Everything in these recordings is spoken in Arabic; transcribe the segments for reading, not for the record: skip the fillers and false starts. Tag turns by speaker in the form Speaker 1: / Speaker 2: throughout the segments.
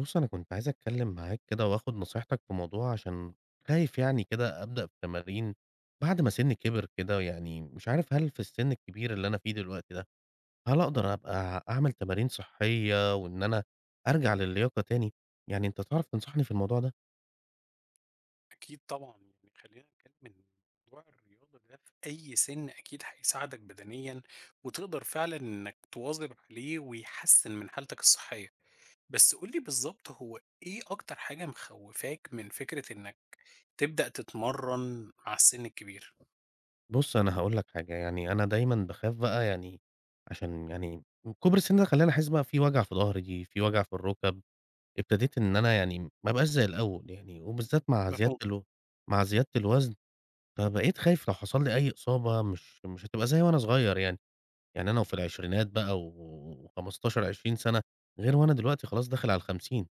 Speaker 1: بُص، أنا كنت عايز أتكلّم معاك كده وآخُد نصيحتك في موضوع عشان خايف يعني كده أبدأ في تمارين بعد ما سِنّي كِبِر كده. يعني مش عارف، هل في السِن الكبير اللي أنا فيه دلوقتي ده، هل أقدر أبقى أعمل تمارين صحّية وإن أنا أرجع للياقة تاني؟ يعني أنت تعرف تنصحني في الموضوع ده؟
Speaker 2: أكيد طبعًا، يعني خلّينا نتكلم إن موضوع الرياضة ده في أي سِن أكيد هيساعدك بدنيًا، وتقدر فعلًا إنك تواظب عليه ويحسّن من حالتك الصحية. بس قُل لي بالضبط، هو إيه أكتر حاجة مخوّفاك من فكرة إنك تبدأ تتمرّن مع السِن الكبير؟
Speaker 1: بُص، أنا هاقول لك حاجة، يعني أنا دايمًا باخاف بقى يعني عشان يعني كُبْر السِن ده خلّاني أحس بقى في وجع في ضهري، في وجع في الرُكَب، ابتديت إن أنا يعني ما أبقاش زي الأول يعني وبالذات مع زيادة
Speaker 2: مفهوم.
Speaker 1: الو مع زيادة الوزن. فبقيت خايف لو حصل لي أي إصابة، مش هتبقى زي وأنا صغير يعني، يعني أنا وفي العشرينات بقى و15، 20 سَنة، غير وأنا دلوقتي خلاص داخل على ال50.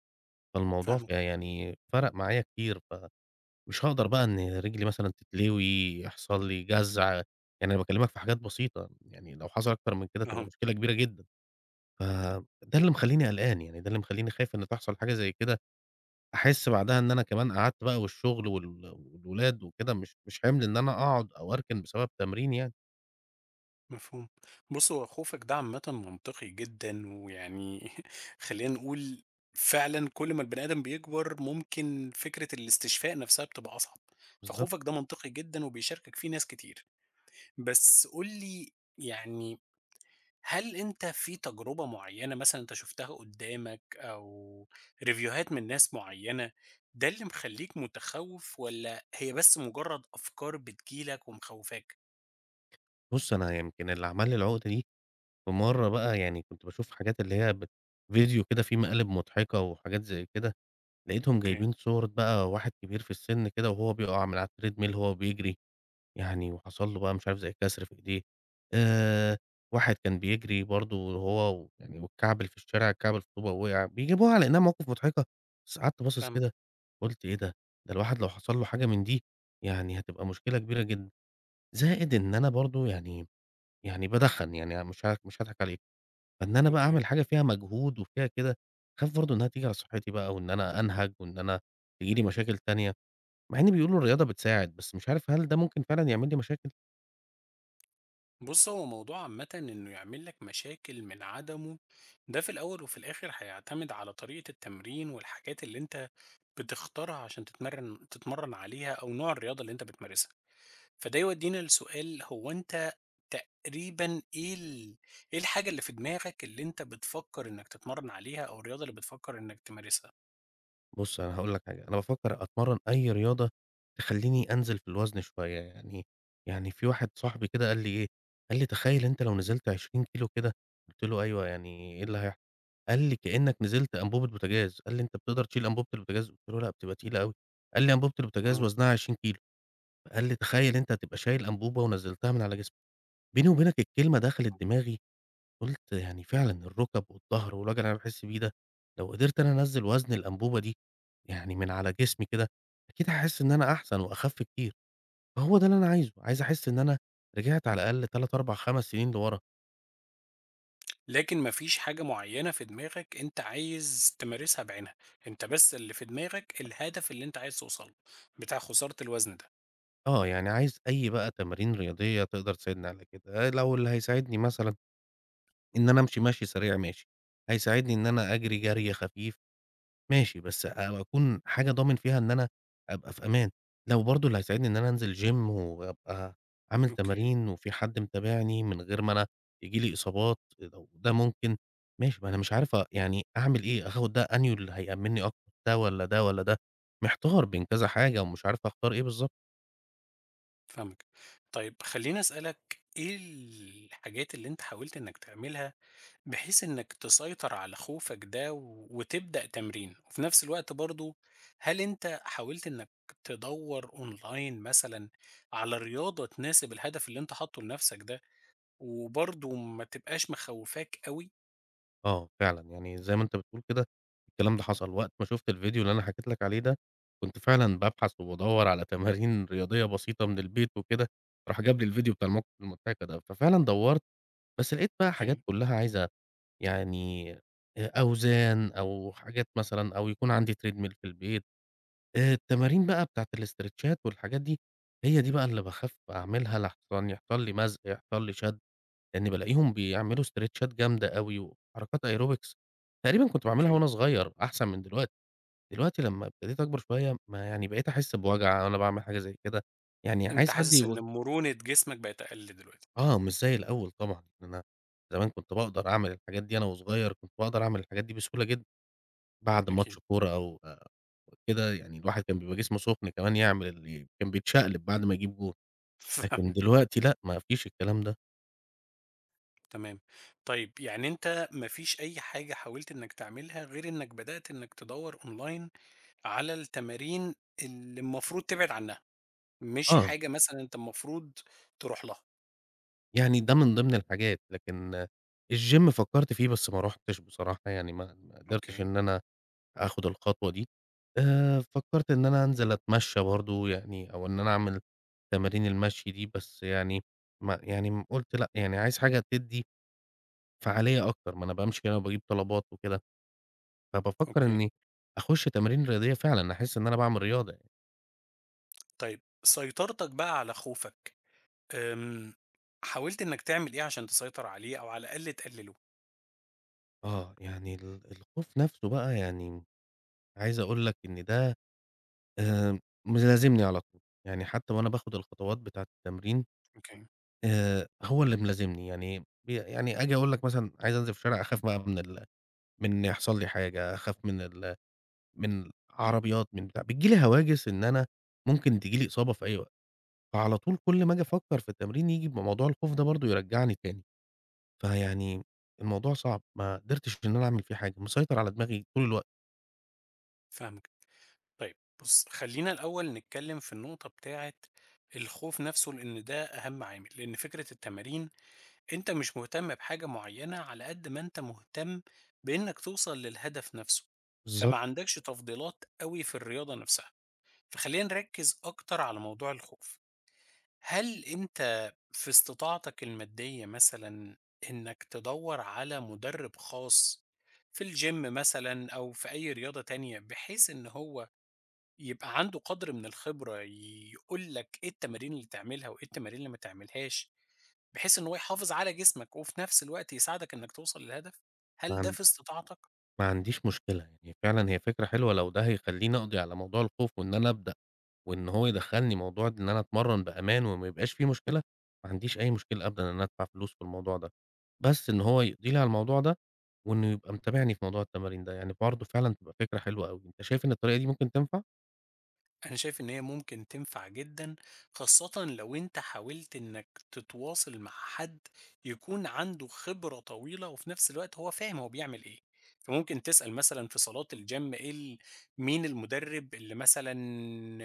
Speaker 1: فالموضوع
Speaker 2: فاهمك.
Speaker 1: يعني فرق معايا كتير. فمش هاقدر بقى إن رجلي مثلًا تتلوي، يحصل لي جزع، يعني أنا باكلمك في حاجات بسيطة، يعني لو حصل أكتر من كده تبقى
Speaker 2: أها.
Speaker 1: مشكلة كبيرة جدًا. فده اللي مخلّيني قلقان، يعني ده اللي مخلّيني خايف إن تحصل حاجة زي كده أحس بعدها إن أنا كمان قعدت بقى، والشغل والولاد وكده، مش حِمل إن أنا أقعد أو أركن بسبب تمرين يعني.
Speaker 2: مفهوم. بُص، هو خوفك ده عامةً منطقي جدًا، ويعني خلّينا نقول فعلًا كل ما البني آدم بيكبر ممكن فكرة الاستشفاء نفسها بتبقى أصعب، فخوفك
Speaker 1: بالضبط.
Speaker 2: ده منطقي جدًا وبيشاركك فيه ناس كتير. بس قُل لي يعني، هل أنت في تجربة معيّنة مثلًا أنت شُفتها قدّامك أو ريفيوهات من ناس معيّنة، ده اللي مخلّيك متخوّف والّا هي بس مجرد أفكار بتيجي لك ومخوّفاك؟
Speaker 1: بُص، أنا يمكن اللي عمل لي العُقدة دي، في مرّة بقى يعني كنت باشوف حاجات اللي هي فيديو كده فيه مقالب مضحكة وحاجات زي كده، لقيتهم
Speaker 2: أوكي.
Speaker 1: جايبين صور بقى واحد كبير في السِن كده وهو بيقع من على الtreadmill وهو بيجري. يعني وحصل له بقى مش عارف زي كسر في إيديه، آآ واحد كان بيجري برضه وهو يعني واتكعبل في الشارع، اتكعبل في طوبة ووقع، بيجيبوها على إنها مواقف مضحكة، بس قعدت باصص
Speaker 2: فاهمك.
Speaker 1: كده قُلت إيه ده! ده الواحد لو حصل له حاجة من دي يعني هتبقى مشكلة كبيرة جدًا. زائد إن أنا برضه يعني بادخّن، يعني مش هاضحك عليك، فإن أنا بقى
Speaker 2: أوكي.
Speaker 1: أعمل حاجة فيها مجهود وفيها كده، أخاف برضه إنها تيجي على صحتي بقى، وإن أنا أنهج وإن أنا تيجي لي مشاكل تانية، مع إن بيقولوا الرياضة بتساعد، بس مش عارف هل ده ممكن فعلًا يعمل لي مشاكل؟
Speaker 2: بُص، هو موضوع عامةً إنه يعمل لك مشاكل من عدمه، ده في الأول وفي الآخر هيعتمد على طريقة التمرين والحاجات اللي أنت بتختارها عشان تتمرن عليها أو نوع الرياضة اللي أنت بتمارسها. فده يودينا لسؤال، هو أنت تقريبًا إيه الحاجة اللي في دماغك اللي أنت بتفكر إنك تتمرن عليها أو الرياضة اللي بتفكر إنك تمارسها؟
Speaker 1: بُص، أنا هاقول لك حاجة، أنا بافكّر أتمرّن أي رياضة تخلّيني أنزل في الوزن شوية، يعني في واحد صاحبي كده قال لي إيه، قال لي: "تخيّل أنت لو نزلت 20 كيلو كده." قُلت له: "أيوه، يعني إيه اللي هيحصل؟" قال لي: "كإنّك نزلت أنبوبة بوتاجاز." قال لي: "أنت بتقدر تشيل أنبوبة البوتاجاز؟" قُلت له: "لأ، بتبقى تقيلة أوي." قال لي: "أنبوبة البوتاجاز وزنها 20 كيلو." قال لي: "تخيّل أنت هتبقى شايل أنبوبة ونزّلتها من على جسمك." بيني وبينك الكلمة دخلت دماغي، قُلت يعني فعلًا الركب والضهر والوجع اللي أنا باحس بيه ده، لو قدرت أنا أنزّل وزن الأنبوبة دي يعني من على جسمي كده، أكيد هاحس إن أنا أحسن وأخف كتير. فهو ده اللي أنا عايزه، عايز أحس إن أنا رجعت على الأقل 3، 4، 5 سنين لورا.
Speaker 2: لكن ما فيش حاجة معيّنة في دماغك أنت عايز تمارسها بعينها، أنت بس اللي في دماغك الهدف اللي أنت عايز توصل له، بتاع خسارة الوزن ده.
Speaker 1: آه، يعني عايز أي بقى تمارين رياضية تقدر تساعدني على كده. آه، لو اللي هيساعدني مثلًا إن أنا أمشي مشي سريع ماشي، هيساعدني إن أنا أجري جري خفيف ماشي، بس أبقى أكون حاجة ضامن فيها إن أنا أبقى في أمان. لو برضه اللي هيساعدني إن أنا أنزل gym وأبقى عامل
Speaker 2: أوكي.
Speaker 1: تمارين وفي حد متابعني من غير ما أنا ييجي لي إصابات، لو ده ممكن ماشي. ما أنا مش عارف، يعني أعمل إيه، آخد ده أنهي اللي هيأمنني أكتر، ده والّا ده والّا ده؟ محتار بين كذا حاجة ومش عارف أختار إيه بالضبط.
Speaker 2: فاهمك. طيب، خلّيني أسألك إيه الحاجات اللي أنت حاولت إنّك تعملها بحيث إنّك تسيطر على خوفك ده و وتبدأ تمرين؟ وفي نفس الوقت برضه، هل أنت حاولت إنّك تدوّر online مثلًا على رياضة تناسب الهدف اللي أنت حاطّه لنفسك ده، وبرضه ما تبقاش مخوّفاك أوي؟
Speaker 1: آه، فعلًا، يعني زي ما أنت بتقول كده الكلام ده حصل، وقت ما شُفت الفيديو اللي أنا حكيت لك عليه ده، كنت فعلًا بابحث وبادوّر على تمارين رياضية بسيطة من البيت وكده، راح جاب لي الفيديو بتاع الموقف المضحك ده، ففعلًا دوّرت، بس لقيت بقى حاجات
Speaker 2: أوكي.
Speaker 1: كلّها عايزة يعني أوزان أو حاجات مثلًا، أو يكون عندي treadmill في البيت. التمارين بقى بتاعة الاسترتشات والحاجات دي، هي دي بقى اللي باخاف أعملها لحسن يحصل لي مزق، يحصل لي شد. لإني بالاقيهم بيعملوا إسترتشات جامدة أوي، وحركات aerobics تقريبًا كنت باعملها
Speaker 2: أوكي.
Speaker 1: وأنا صغير أحسن من دلوقتي. دلوقتي لمّا ابتديت أكبر شوية ما يعني بقيت أحس بوجع وأنا باعمل حاجة زي كده، يعني
Speaker 2: أنت
Speaker 1: عايز حد
Speaker 2: حاسس إن
Speaker 1: يوج
Speaker 2: مرونة جسمك بقت أقل دلوقتي؟
Speaker 1: آه، مش زي الأول طبعًا، إن أنا زمان كنت باقدر أعمل الحاجات دي أنا وصغير، كنت باقدر أعمل الحاجات دي بسهولة جدًا، بعد
Speaker 2: أكيد.
Speaker 1: ماتش كورة أو كده، يعني الواحد كان بيبقى جسمه سخن كمان، يعمل كان بيتشقلب بعد ما يجيب جون، لكن
Speaker 2: فاهمك.
Speaker 1: دلوقتي لأ، ما فيش الكلام ده.
Speaker 2: تمام. طيب، يعني أنت ما فيش أي حاجة حاولت إنّك تعملها غير إنّك بدأت إنّك تدوّر أونلاين على التمارين اللي المفروض تبعد عنها، مش
Speaker 1: آه.
Speaker 2: حاجة مثلًا أنت المفروض تروح لها.
Speaker 1: يعني ده من ضمن الحاجات، لكن الgym فكّرت فيه بس ما رُحتش بصراحة، يعني ما قدرتش
Speaker 2: أوكي.
Speaker 1: إن أنا آخُد الخطوة دي. فكّرت إن أنا أنزل أتمشّى برضه يعني، أو إن أنا أعمل تمارين المشي دي، بس يعني ما يعني قُلت لأ، يعني عايز حاجة تدّي فعالية أكتر، ما أنا بامشي هنا وباجيب طلبات وكده، فبافكّر
Speaker 2: أوكي.
Speaker 1: إنّي أخُش تمارين رياضية فعلًا، أحس إن أنا باعمل رياضة يعني.
Speaker 2: طيب، سيطرتك بقى على خوفك، آمم، حاولت إنّك تعمل إيه عشان تسيطر عليه أو على الأقل تقلله؟
Speaker 1: آه، يعني الخوف نَفْسه بقى، يعني عايز أقول لك إن ده آآ ملازمني على طول، يعني حتى وأنا باخد الخطوات بتاعة التمرين
Speaker 2: أوكي.
Speaker 1: هو اللي ملازمني، يعني يعني آجي أقول لك مثلًا عايز أنزل في الشارع أخاف بقى من إن يحصل لي حاجة، أخاف من عربيات من بتاع، بتيجي لي هواجس إن أنا ممكن تيجي لي إصابة في أي وقت، فعلى طول كل ما آجي أفكر في التمرين ييجي بموضوع الخوف ده برضه يرجعني تاني، فيعني الموضوع صعب، ما قدرتش إن أنا أعمل فيه حاجة، مسيطر على دماغي طول الوقت.
Speaker 2: فاهمك. طيب بُص، خلّينا الأول نتكلّم في النقطة بتاعة الخوف نَفْسه، لإن ده أهَم عامل، لإن فكرة التمارين أنت مش مهتم بحاجة معيّنة على قد ما أنت مهتم بإنّك توصل للهدف نَفْسه، فما
Speaker 1: بالضبط.
Speaker 2: عندكش تفضيلات أوي في الرياضة نَفْسها، فخلّينا نركّز أكتر على موضوع الخوف. هل أنت في استطاعتك المادية مثلًا إنّك تدوّر على مُدرِّب خاص في الgym مثلًا أو في أي رياضة تانية، بحيث إن هو يبقى عنده قدر من الخبرة يقول لك إيه التمارين اللي تعملها وإيه التمارين اللي ما تعملهاش، بحيث إن هو يحافظ على جسمك وفي نفس الوقت يساعدك إنك توصل للهدف؟ هل ده
Speaker 1: عن
Speaker 2: في استطاعتك؟
Speaker 1: ما عنديش مشكلة، يعني فعلًا هي فكرة حلوة، لو ده هيخلّيني أقضي على موضوع الخوف وإن أنا أبدأ، وإن هو يدخّلني موضوع إن أنا أتمرّن بأمان وما يبقاش في مشكلة، ما عنديش أي مشكلة أبدًا إن أنا أدفع فلوس في الموضوع ده، بس إن هو يقضي لي على الموضوع ده، وإنه يبقى متابعني في موضوع التمارين ده، يعني برضه فعلًا تبقى فكرة حلوة أوي. أنت شايف إن الطريقة دي ممكن تنفع؟
Speaker 2: أنا شايف إن هي ممكن تنفع جدًا، خاصةً لو أنت حاولت إنك تتواصل مع حد يكون عنده خبرة طويلة، وفي نفس الوقت هو فاهم هو بيعمل إيه. فممكن تسأل مثلًا في صالات الgym، إيه ال مين المدرب اللي مثلًا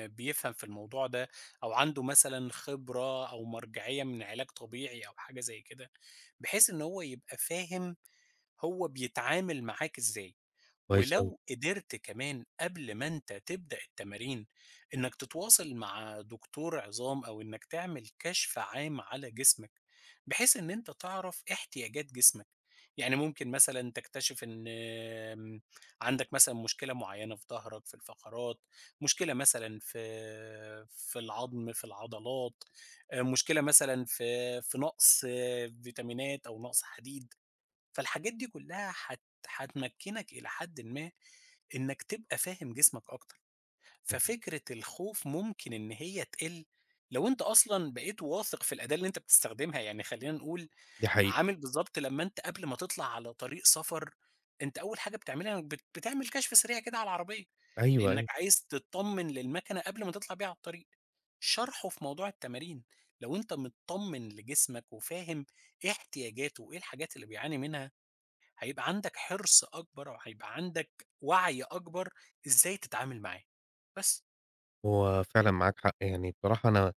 Speaker 2: بيفهم في الموضوع ده، أو عنده مثلًا خبرة أو مرجعية من علاج طبيعي أو حاجة زي كده، بحيث إن هو يبقى فاهم هو بيتعامل معاك إزاي.
Speaker 1: كويس أوي.
Speaker 2: ولو قدرت كمان قبل ما أنت تبدأ التمارين إنك تتواصل مع دكتور عظام أو إنك تعمل كشف عام على جسمك، بحيث إن أنت تعرف احتياجات جسمك، يعني ممكن مثلا تكتشف إن عندك مثلا مشكلة معينة في ظهرك في الفقرات، مشكلة مثلا في في العظم في العضلات، مشكلة مثلا في في نقص، فيتامينات أو نقص حديد. فالحاجات دي كلها هتمكنك إلى حد ما إنك تبقى فاهم جسمك أكتر،
Speaker 1: اهم.
Speaker 2: ففكرة الخوف ممكن إن هي تقِل لو أنت أصلًا بقيت واثق في الأداة اللي أنت بتستخدمها. يعني خلّينا نقول،
Speaker 1: دي حقيقة.
Speaker 2: عامل بالضبط لمّا أنت قبل ما تطلع على طريق سفر، أنت أول حاجة بتعملها انك بتعمل كشف سريع كده على العربية،
Speaker 1: أيوه،
Speaker 2: لإنك
Speaker 1: أيوه.
Speaker 2: عايز تتطمن للمكنة قبل ما تطلع بيها على الطريق. شرحه في موضوع التمارين، لو أنت متطمن لجسمك وفاهم إيه احتياجاته وإيه الحاجات اللي بيعاني منها، هيبقى عندك حرص أكبر أو هيبقى عندك وعي أكبر إزاي تتعامل معاه. بس.
Speaker 1: هو فعلًا معاك حق، يعني بصراحة أنا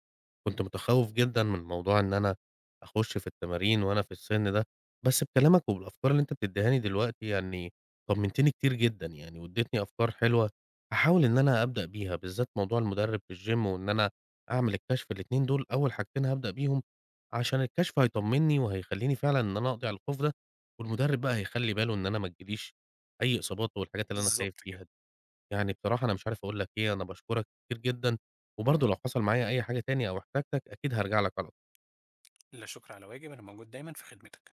Speaker 1: كنت متخوّف جدًا من موضوع إن أنا أخُش في التمارين وأنا في السِن ده، بس بكلامك وبالأفكار اللي أنت بتدّيها لي دلوقتي يعني طمّنتني كتير جدًا، يعني وادّيتني أفكار حلوة هاحاول إن أنا أبدأ بيها، بالذات موضوع المُدرِّب في الgym، وإن أنا أعمل الكشف، الاتنين دول أول حاجتين هابدأ بيهم، عشان الكشف هيطمّني وهيخلّيني فعلًا إن أنا أقضي على الخوف ده، والمُدرِّب بقى هيخلّي باله إن أنا ما تجيليش أي إصابات والحاجات اللي أنا خايف
Speaker 2: بالضبط
Speaker 1: فيها
Speaker 2: كده.
Speaker 1: دي. يعني بصراحة أنا مش عارف أقول لك إيه، أنا باشكرك كتير جدًا، وبرضه لو حصل معايا أي حاجة تاني أو احتاجتك أكيد هارجع لك على
Speaker 2: لا شكر على واجب، أنا موجود دايمًا في خدمتك.